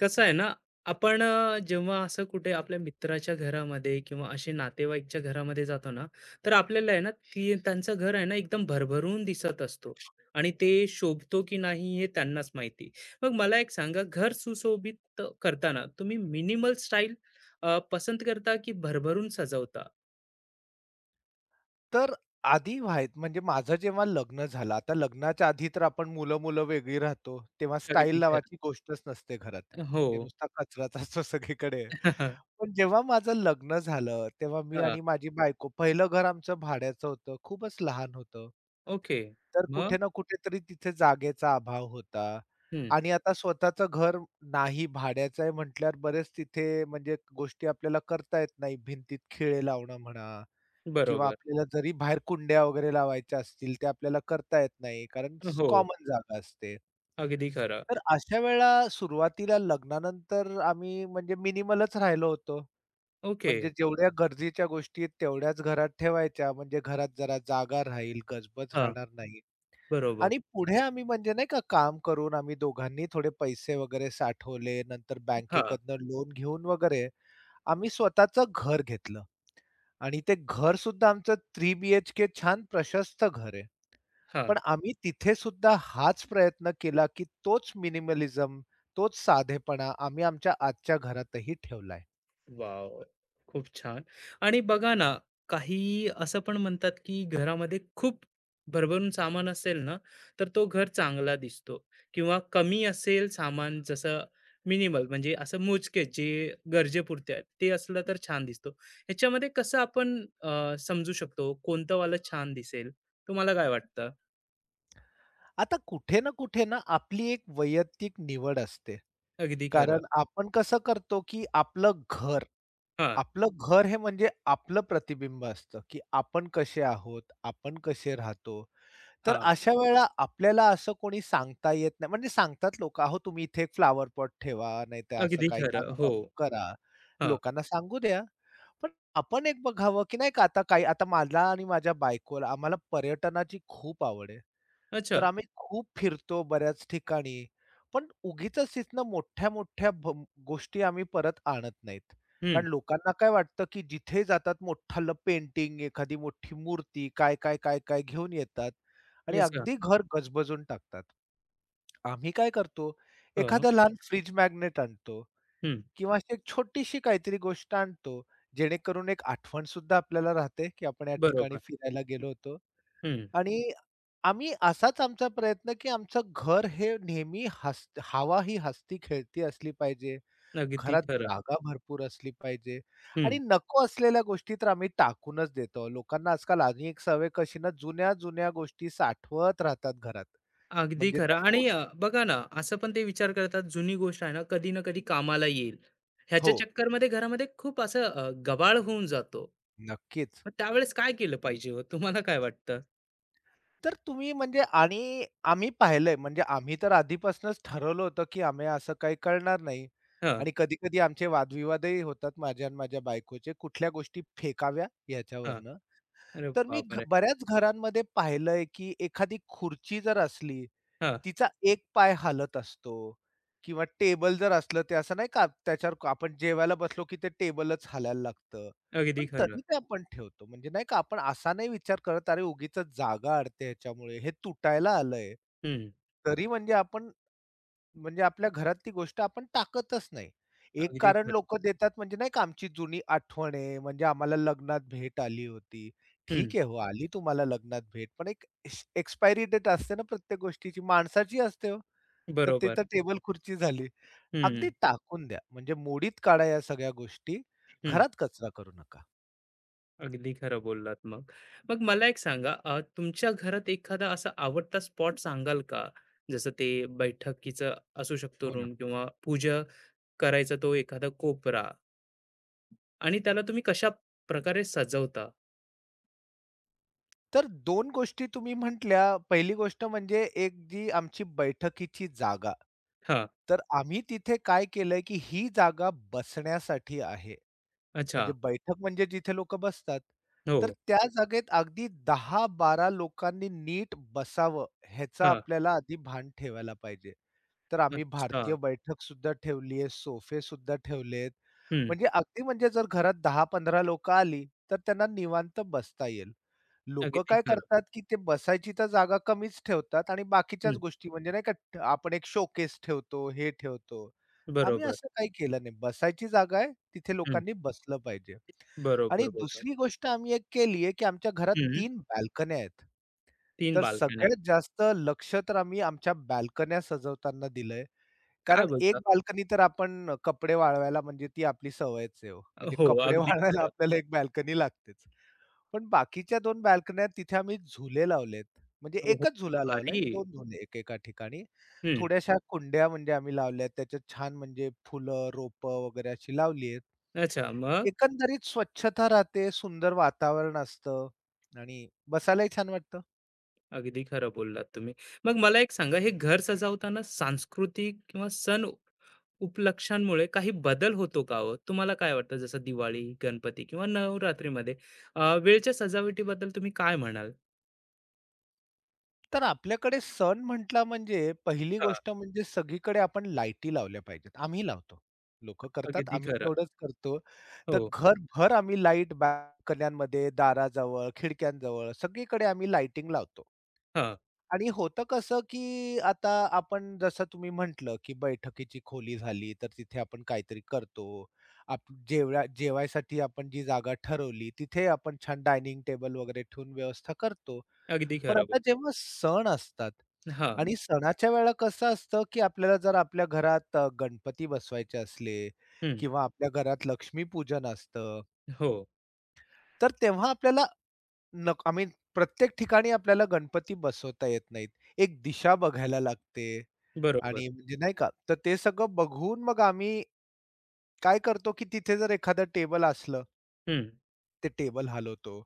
कसं आहे ना, आपण जेव्हा असं कुठे आपल्या मित्राच्या घरामध्ये किंवा असे नातेवाईकच्या घरामध्ये जातो ना, तर आपल्याला आहे ना, ती त्यांचं घर आहे ना, एकदम भरभरून दिसत असतो आणि ते शोभतो की नाही हे त्यांनाच माहिती. मग मला एक सांगा, घर सुशोभित करताना तुम्ही मिनिमल स्टाईल पसंत करता की भरभरून सजवता? तर आधी म्हणजे माझं जेव्हा लग्न झालं, आता लग्नाच्या आधी तर आपण मुलं-मुलं वेगळी राहतो, तेव्हा स्टाईल अगदी खरं. नावाची गोष्टच नसते घरात. हो. म्हणजे नुसता कचराच असतो सगळीकडे. पण जेव्हा माझं लग्न झालं, तेव्हा मी हां, आणि माझी बायको पहिलं घर आमचं भाड्याचं होतं, खूपच लहान होतं. ओके. तर कुठे मग? ना कुठेतरी तिथे जागेचा अभाव होता हं, आणि आता स्वतःचं घर नाही, भाड्याचं आहे म्हटल्यावर बरेच तिथे म्हणजे गोष्टी आपल्याला करता येत नाही. भिंतीत खिळे लावणं म्हणा किंवा बरोबर. आपल्याला जरी बाहेर कुंड्या वगैरे लावायच्या असतील, त्या आपल्याला करता येत नाही कारण हो, कॉमन जागा असते. अगदी खरं. तर अशा वेळेला सुरुवातीला लग्नानंतर आम्ही म्हणजे मिनिमलच राहिलो होतो. ओके. म्हणजे जेवढ्या गरजेच्या गोष्टी आहेत तेवढ्याच घरात ठेवायच्या. म्हणजे घरात जरा जागा राहील, गजबज हां, राहणार नाही. बरोबर. आणि पुढे आम्ही म्हणजे नाही का काम करून आम्ही दोघांनी थोडे पैसे वगैरे साठवले. नंतर हां, बँकेकडनं लोन घेऊन वगैरे आम्ही स्वतःचं घर घेतलं आणि ते घरसुद्धा आमचं 3 बी-एच-के छान प्रशस्त घर आहे. हां. पण आम्ही तिथे सुद्धा हाच प्रयत्न केला, की तोच मिनिमलिझम, तोच साधेपणा आम्ही आमच्या आजच्या घरातही ठेवलाय. वॉव! खूप छान. आणि बघा ना, काही असं पण म्हणतात, की घरामध्ये खूप भरभरून सामान असेल ना, तर तो घर चांगला दिसतो किंवा कमी असेल सामान जसं मिनिमल म्हणजे असं मोजके जे गरजेपुरते आहेत, ते असलं तर छान दिसतो. ह्याच्यामध्ये कसं आपण समजू शकतो कोणतं वालं छान दिसेल? तुम्हाला काय वाटतं? आता कुठे ना कुठे ना आपली एक वैयक्तिक निवड असते. अगदी खरं. कारण आपण कसं करतो, की आपलं घर हां, आपलं घर हे म्हणजे आपलं प्रतिबिंब असतं, की आपण कसे आहोत, आपण कसे राहतो. तर हां. अशा वेळेला आपल्याला असं कोणी सांगता येत नाही. म्हणजे सांगतात लोकं, "अहो, तुम्ही इथे एक फ्लॉवर पॉट ठेवा, नाहीतर असं अगदी काही खरं. हो. अमुक करा." हां. लोकांना सांगू द्या. पण आपण एक बघावं, की नाही का आता काही आता मला आणि माझ्या बायकोला आम्हाला पर्यटनाची खूप आवड आहे. तर अच्छा. आम्ही खूप फिरतो बऱ्याच ठिकाणी. पण उगीचच तिथनं मोठ्या-मोठ्या गोष्टी आम्ही परत आणत नाहीत. हं. कारण लोकांना काय वाटतं, की जिथे जातात मोठालं पेंटिंग, एखादी मोठी मूर्ती, काय, काय, काय, काय घेऊन येतात आणि अच्छा. अगदी घर गजबजून टाकतात. आम्ही काय करतो, हां. एखादं लहान फ्रिज मॅग्नेट आणतो हं. किंवा अशी एक छोटीशी काहीतरी गोष्ट आणतो, जेणेकरून एक आठवण सुद्धा आपल्याला राहते, की आपण या ठिकाणी बरोबर. फिरायला गेलो होतो आणि आम्ही असाच आमचा प्रयत्न, की आमचं घर हे नेहमी हवा ही हसती खेळती असली पाहिजे. अगदी घरात खरं. जागा भरपूर असली पाहिजे आणि हं. नको असलेल्या गोष्टी तर आम्ही टाकूनच देतो. लोकांना आजकाल आणि एक सवय कशी ना, जुन्या-जुन्या गोष्टी साठवत राहतात घरात. अगदी म्हणजे खरं त्या आणि खूप बघा ना, असं पण ते विचार करतात जुनी गोष्ट आहे ना, कधी ना कधी कामाला येईल. हो, ह्याच्या चक्करमध्ये घरामध्ये खूप असं गबाळ होऊन जातो. नक्कीच. मग त्यावेळेस काय केलं पाहिजे हो? तुम्हाला काय वाटतं? तर तुम्ही म्हणजे आणि आम्ही पाहिलंय म्हणजे आम्ही तर आधीपासूनच ठरवलं होतं, की आम्ही असं काही करणार नाही. हां, आणि कधी-कधी आमचे वादविवादही होतात माझ्या आणि माझ्या बायकोचे, कुठल्या गोष्टी फेकाव्या हां. याच्यावरनं. अरे तर मी बापरे! बऱ्याच घरांमध्ये पाहिलंय, की एखादी खुर्ची जर असली हां, तिचा एक पाय हालत असतो किंवा टेबल जर असलं ते असं नाही का त्याच्यावर आपण जेवायला बसलो की ते टेबलच हलायला लागतं. अगदी पण खरं. तरी ते आपण ठेवतो. म्हणजे नाही का आपण असा नाही विचार करत, "अरे, उगीचच जागा अडते ह्याच्यामुळे, हे तुटायला आलंय." हं, तरी म्हणजे आपण म्हणजे आपल्या घरात ती गोष्ट आपण टाकतच नाही. एक अगदी कारण खरं. लोकं देतात म्हणजे नाही का आमची जुनी आठवण आहे, म्हणजे आम्हाला लग्नात भेट आली होती. हं, ठीक आहे हो, आली तुम्हाला लग्नात भेट, पण एक एक्सपायरी डेट असते ना प्रत्येक गोष्टीची, माणसाची असते हो. तर ते बरोबर. तर टेबल-खुर्ची झाली. अगदी हं, टाकून द्या, म्हणजे मोडीत काढा या सगळ्या गोष्टी. हं. घरात कचरा करू नका. अगदी खरं बोललात मग. मग मला एक सांगा तुमच्या घरात एखादा असा आवडता स्पॉट सांगाल का? जसं ते बैठकीचं असू शकतो हो ना. रूम किंवा पूजा करायचा तो एखादा कोपरा आणि त्याला तुम्ही कशा प्रकारे सजवता? तर 2 गोष्टी तुम्ही म्हटल्या. पहिली गोष्ट म्हणजे एक जी आमची बैठकीची जागा हां, तर आम्ही तिथे काय केलंय, की ही जागा बसण्यासाठी आहे. अच्छा. म्हणजे बैठक म्हणजे जिथे लोकं बसतात. तर हो, त्या जागेत अगदी दहा बारा लोकांनी नीट बसावं ह्याचं हां, आपल्याला आधी भान ठेवायला पाहिजे. तर आम्ही अच्छा. भारतीय बैठक सुद्धा ठेवली आहे, सोफे सुद्धा ठेवलेत. हं, म्हणजे अगदी म्हणजे जर घरात 10-15 लोकं आली, तर त्यांना निवांत बसता येईल. लोकं अगदी काय खरं. करतात, की ते बसायची तर जागा कमीच ठेवतात आणि बाकीच्याच हं, गोष्टी म्हणजे नाही का आपण एक शोकेस ठेवतो, हे ठेवतो. आम्ही बरोबर. असं काही केलं नाही. बसायची जागा आहे, तिथे हं, लोकांनी बसलं पाहिजे. आणि बरोबर बोललात. दुसरी गोष्ट आम्ही एक केली आहे, की आमच्या घरात हं, 3 बाल्कन्या आहेत. 3 तर बाल्कन्या. सगळ्यात जास्त लक्ष तर आम्ही आमच्या बाल्कन्या सजवताना दिलंय. काय कारण एक बोलता? बाल्कनी तर आपण कपडे वाळवायला म्हणजे ती आपली सवयच आहे हो. म्हणजे हो, कपडे अगदी वाळवायला खरं. आपल्याला एक बाल्कनी लागतेच. पण बाकीच्या 2 बाल्कन्या तिथे आम्ही झुले लावलेत. म्हणजे हो, हो. एकच झुला लावलाय, भारी. 2 झुले एकेका ठिकाणी. हं, थोड्याशा कुंड्या म्हणजे आम्ही लावल्यात. त्याच्यात छान म्हणजे फुलं, रोपं वगैरे अशी लावली आहेत. अच्छा मग? एकंदरीत स्वच्छता राहते, सुंदर वातावरण असतं आणि बसायलाही छान वाटतं. अगदी खरं बोललात तुम्ही. मग मला एक सांगा, हे घर सजवताना सांस्कृतिक किंवा सण उपलक्षांमुळे काही बदल होतो का हो? तुम्हाला काय वाटतं जसं दिवाळी, गणपती किंवा नवरात्रीमध्ये वेळच्या सजावटीबद्दल तुम्ही काय म्हणाल? तर आपल्याकडे सण म्हटला म्हणजे पहिली हां, गोष्ट म्हणजे सगळीकडे आपण लाईटी लावल्या पाहिजेत. आम्ही लावतो. लोकं करतात, अगदी आम्ही खरं. तेवढंच करतो. तर हो, घरभर आम्ही लाईट बाल्कन्यांमध्ये, दाराजवळ, खिडक्यांजवळ सगळीकडे आम्ही लाइटिंग लावतो. हां, आणि होतं कसं, की आता आपण जसं तुम्ही म्हटलं, की बैठकीची खोली झाली, तर तिथे आपण काहीतरी करतो. जेवढ्या जेवायसाठी आपण जी जागा ठरवली, तिथे आपण छान डायनिंग टेबल वगैरे ठेवून व्यवस्था करतो. अगदी पण खरं आता बोल जेव्हा सण असतात हां, आणि हं. सणाच्या वेळेला कसं असतं, की आपल्याला जर आपल्या घरात गणपती बसवायचे असले किंवा आपल्या घरात लक्ष्मीपूजन असतं, हो, तर तेव्हा आपल्याला नक आय मीन प्रत्येक ठिकाणी आपल्याला गणपती बसवता येत नाहीत. एक दिशा बघायला लागते बरोबर. आणि म्हणजे नाही का, तर ते सगळं बघून मग आम्ही काय करतो, की तिथे जर एखादं टेबल असलं हं, ते टेबल हलवतो.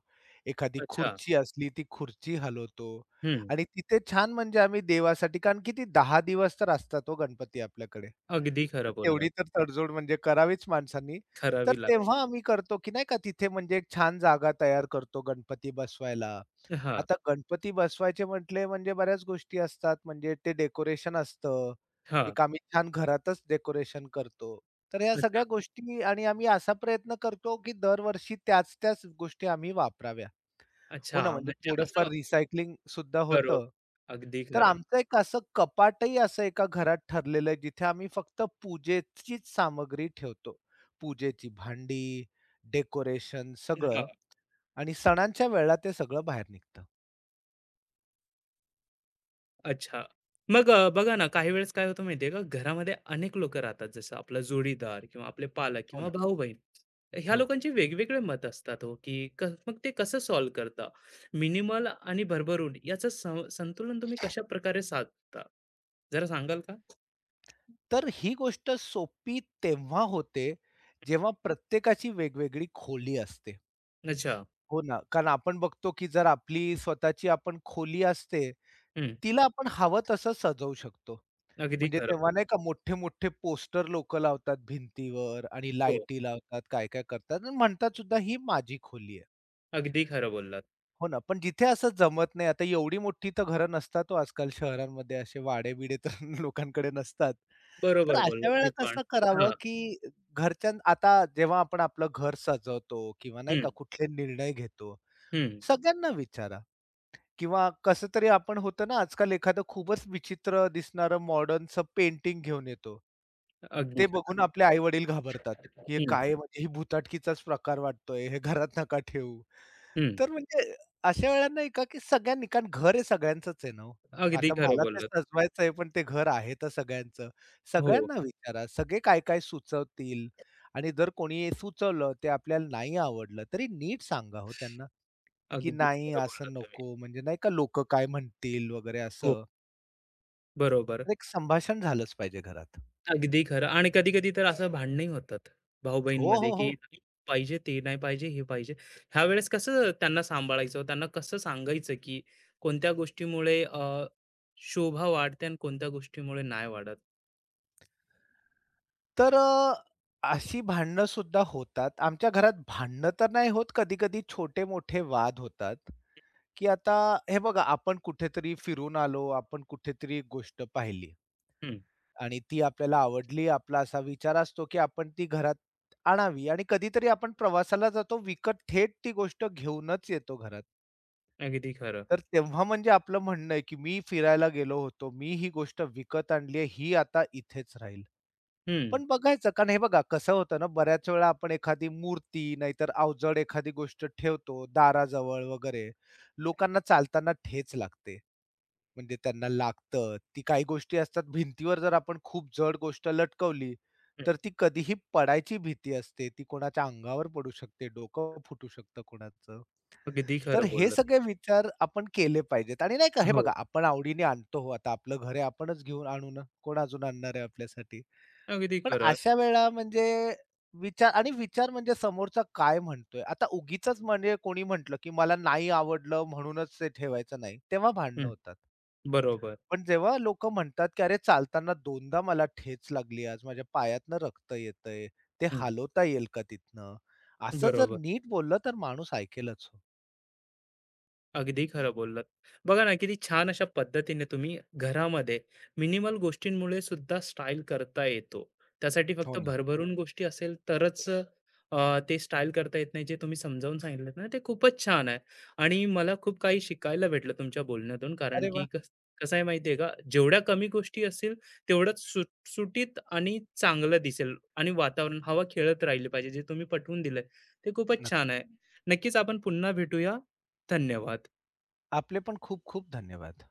एखादी अच्छा, खुर्ची असली ती खुर्ची हलवतो हं, आणि तिथे छान म्हणजे आम्ही देवासाठी कारण किती 10 दिवस तर असतात हो गणपती आपल्याकडे. अगदी तर खरं तेवढी बोललात. तर तडजोड म्हणजे करावीच माणसांनी. करावी तर लागते. तेव्हा आम्ही करतो, की नाही का तिथे म्हणजे एक छान जागा तयार करतो गणपती बसवायला. हां, आता गणपती बसवायचे म्हटले म्हणजे बऱ्याच गोष्टी असतात. म्हणजे ते डेकोरेशन असतं. हां, एक आम्ही छान घरातच डेकोरेशन करतो. तर ह्या अच्छा, सगळ्या गोष्टी आणि आम्ही असा प्रयत्न करतो, की दरवर्षी त्याच-त्याच गोष्टी आम्ही वापराव्या. हो अच्छा, ना, म्हणजे म्हणजे थोडंफार असं रिसायकलिंग सुद्धा बरोबर. होतं. अगदी तर खरं. आमचं एक असं कपाटही असं एका घरात ठरलेलं आहे, जिथे आम्ही फक्त पूजेचीच सामग्री ठेवतो. पूजेची भांडी, डेकोरेशन सगळं आणि सणांच्या वेळेला ते सगळं बाहेर निघतं. अच्छा. मग बघा ना, काही वेळेस काय होतं माहिती आहे का, घरामध्ये अनेक लोकं राहतात. जसं आपला जोडीदार किंवा आपले पालक हो किंवा ना. भाऊ-बहीण. ह्या हो. लोकांची वेगवेगळे मत असतात हो, की क मग ते कसं सॉल्व्ह करता? मिनिमल आणि भरभरून याचं संतुलन तुम्ही कशाप्रकारे साधता? जरा सांगाल का? तर ही गोष्ट सोपी तेव्हा होते, जेव्हा प्रत्येकाची वेगवेगळी खोली असते. अच्छा. हो ना, कारण आपण बघतो, की जर आपली स्वतःची आपण खोली असते, हं. तिला आपण हवं तसं सजवू शकतो. अगदी म्हणजे खरं तेव्हा नाही बोललात. का मोठे-मोठे पोस्टर लोकं लावतात भिंतीवर आणि हो, लाईटी लावतात, काय-काय करतात आणि म्हणतात सुद्धा, "ही माझी खोली आहे." अगदी खरं बोललात. हो ना, पण जिथे असं जमत नाही, आता एवढी मोठी तर घरं नसतात हो आजकाल शहरांमध्ये, असे वाडे-बिडे तर लोकांकडे नसतात. तर बरोबर अशा बोललात हे वेळेला पण. कसं करावं, हां. की आता जेव्हा आपण आपलं घर सजवतो किंवा नाही हं, का कुठले निर्णय घेतो, हं. सगळ्यांना विचारा किंवा कसं तरी आपण होतं ना, आजकाल एखादं खूपच विचित्र दिसणारं मॉडर्नचं पेंटिंग घेऊन येतो. अगदी ते खरं. बघून आपले आई-वडील घाबरतात, "हे हं, काय आहे? म्हणजे ही भुताटकीचाच प्रकार वाटतोय, हे घरात नका ठेवू." हं. तर म्हणजे अशा वेळेला नाही का, की सगळ्यांनी कारण घर हे सगळ्यांचंच आहे ना हो. अगदी आता खरं मला ते बोललात. सजवायचं आहे, पण ते घर आहे तर सगळ्यांचं. हो, सगळ्यांना विचारा, सगळे काय-काय सुचवतील आणि जर कोणी सुचवलं, ते आपल्याला नाही आवडलं, तरी नीट सांगा हो त्यांना, की अगदी "नाही, खरं असं बोललात तुम्ही. नको." म्हणजे नाही का, "लोकं काय म्हणतील?" वगैरे हो, असं. बरोबर. तर एक संभाषण झालंच पाहिजे घरात. अगदी खरं आणि कधी-कधी तर असं भांडणंही होतात हो, भाऊ-बहीणमध्ये, हो, हो. की पाहिजे, ते नाही पाहिजे, हे पाहिजे. ह्यावेळेस कसं त्यांना सांभाळायचं? त्यांना कसं सांगायचं, की कोणत्या गोष्टीमुळे शोभा वाढते आणि कोणत्या गोष्टीमुळे नाही वाढत? तर अशी भांडणं सुद्धा होतात. आमच्या घरात भांडणं तर नाही होत, कधी-कधी छोटे-मोठे वाद होतात. की आता हे बघा, आपण कुठेतरी फिरून आलो, आपण कुठेतरी गोष्ट पाहिली हं, आणि ती आपल्याला आवडली. आपला असा विचार असतो, की आपण ती घरात आणावी आणि कधीतरी आपण प्रवासाला जातो, विकत थेट ती गोष्ट घेऊनच येतो घरात. अगदी खरं. तर तेव्हा म्हणजे आपलं म्हणणं आहे, की मी फिरायला गेलो होतो, मी ही गोष्ट विकत आणली ही आता इथेच राहील. हं, पण बघायचं, कारण हे बघा कसं होतं ना, बऱ्याच वेळा आपण एखादी मूर्ती नाहीतर अवजड एखादी गोष्ट ठेवतो दाराजवळ वगैरे. लोकांना चालताना ठेच लागते. म्हणजे त्यांना लागतं. ती काही गोष्टी असतात भिंतीवर जर आपण खूप जड गोष्ट लटकवली, हं. तर ती कधीही पडायची भीती असते. ती कोणाच्या अंगावर पडू शकते, डोकं फुटू शकतं कोणाचं. अगदी तर खरं हे बोललात. सगळे विचार आपण केले पाहिजेत आणि नाही का हे हो, बघा आपण आवडीने आणतो हो, आता आपलं घर आहे आपणच घेऊन आणू ना, कोण अजून आणणार आहे आपल्यासाठी? अगदी पण खरं. अशा वेळा म्हणजे विचार आणि विचार म्हणजे समोरचा काय म्हणतोय. आता उगीचच म्हणजे कोणी म्हटलं, की मला नाही आवडलं म्हणूनच ते ठेवायचं नाही, तेव्हा भांडणं हं, होतात. बरोबर. पण जेव्हा लोकं म्हणतात, की "अरे चालताना 2दा मला ठेच लागली आज, माझ्या पायातनं रक्त येतंय, ते हं, हलवता येईल का तिथनं?" असं जर बरोबर. नीट बोललं तर माणूस ऐकेलच हो. अगदी खरं बोललात. बघा ना, किती छान अशा पद्धतीने तुम्ही घरामध्ये मिनिमल गोष्टींमुळे सुद्धा स्टाईल करता येतो. त्यासाठी हो फक्त ना. भरभरून गोष्टी असेल तरच ते स्टाईल करता येत नाही जे तुम्ही समजावून सांगितलेत ना, ते खूपच छान आहे. आणि मला खूप काही शिकायला भेटलं तुमच्या बोलण्यातून कारण अरे की वाह! कस कसं आहे माहिती आहे का, जेवढ्या कमी गोष्टी असतील तेवढंच सुटसुटीत आणि चांगलं दिसेल आणि वातावरण, हवा खेळत राहिली पाहिजे. जे तुम्ही पटवून दिलंय ते खूपच छान नक्की. आहे. नक्कीच आपण पुन्हा भेटूया. धन्यवाद. आपले पण खूप खूप धन्यवाद.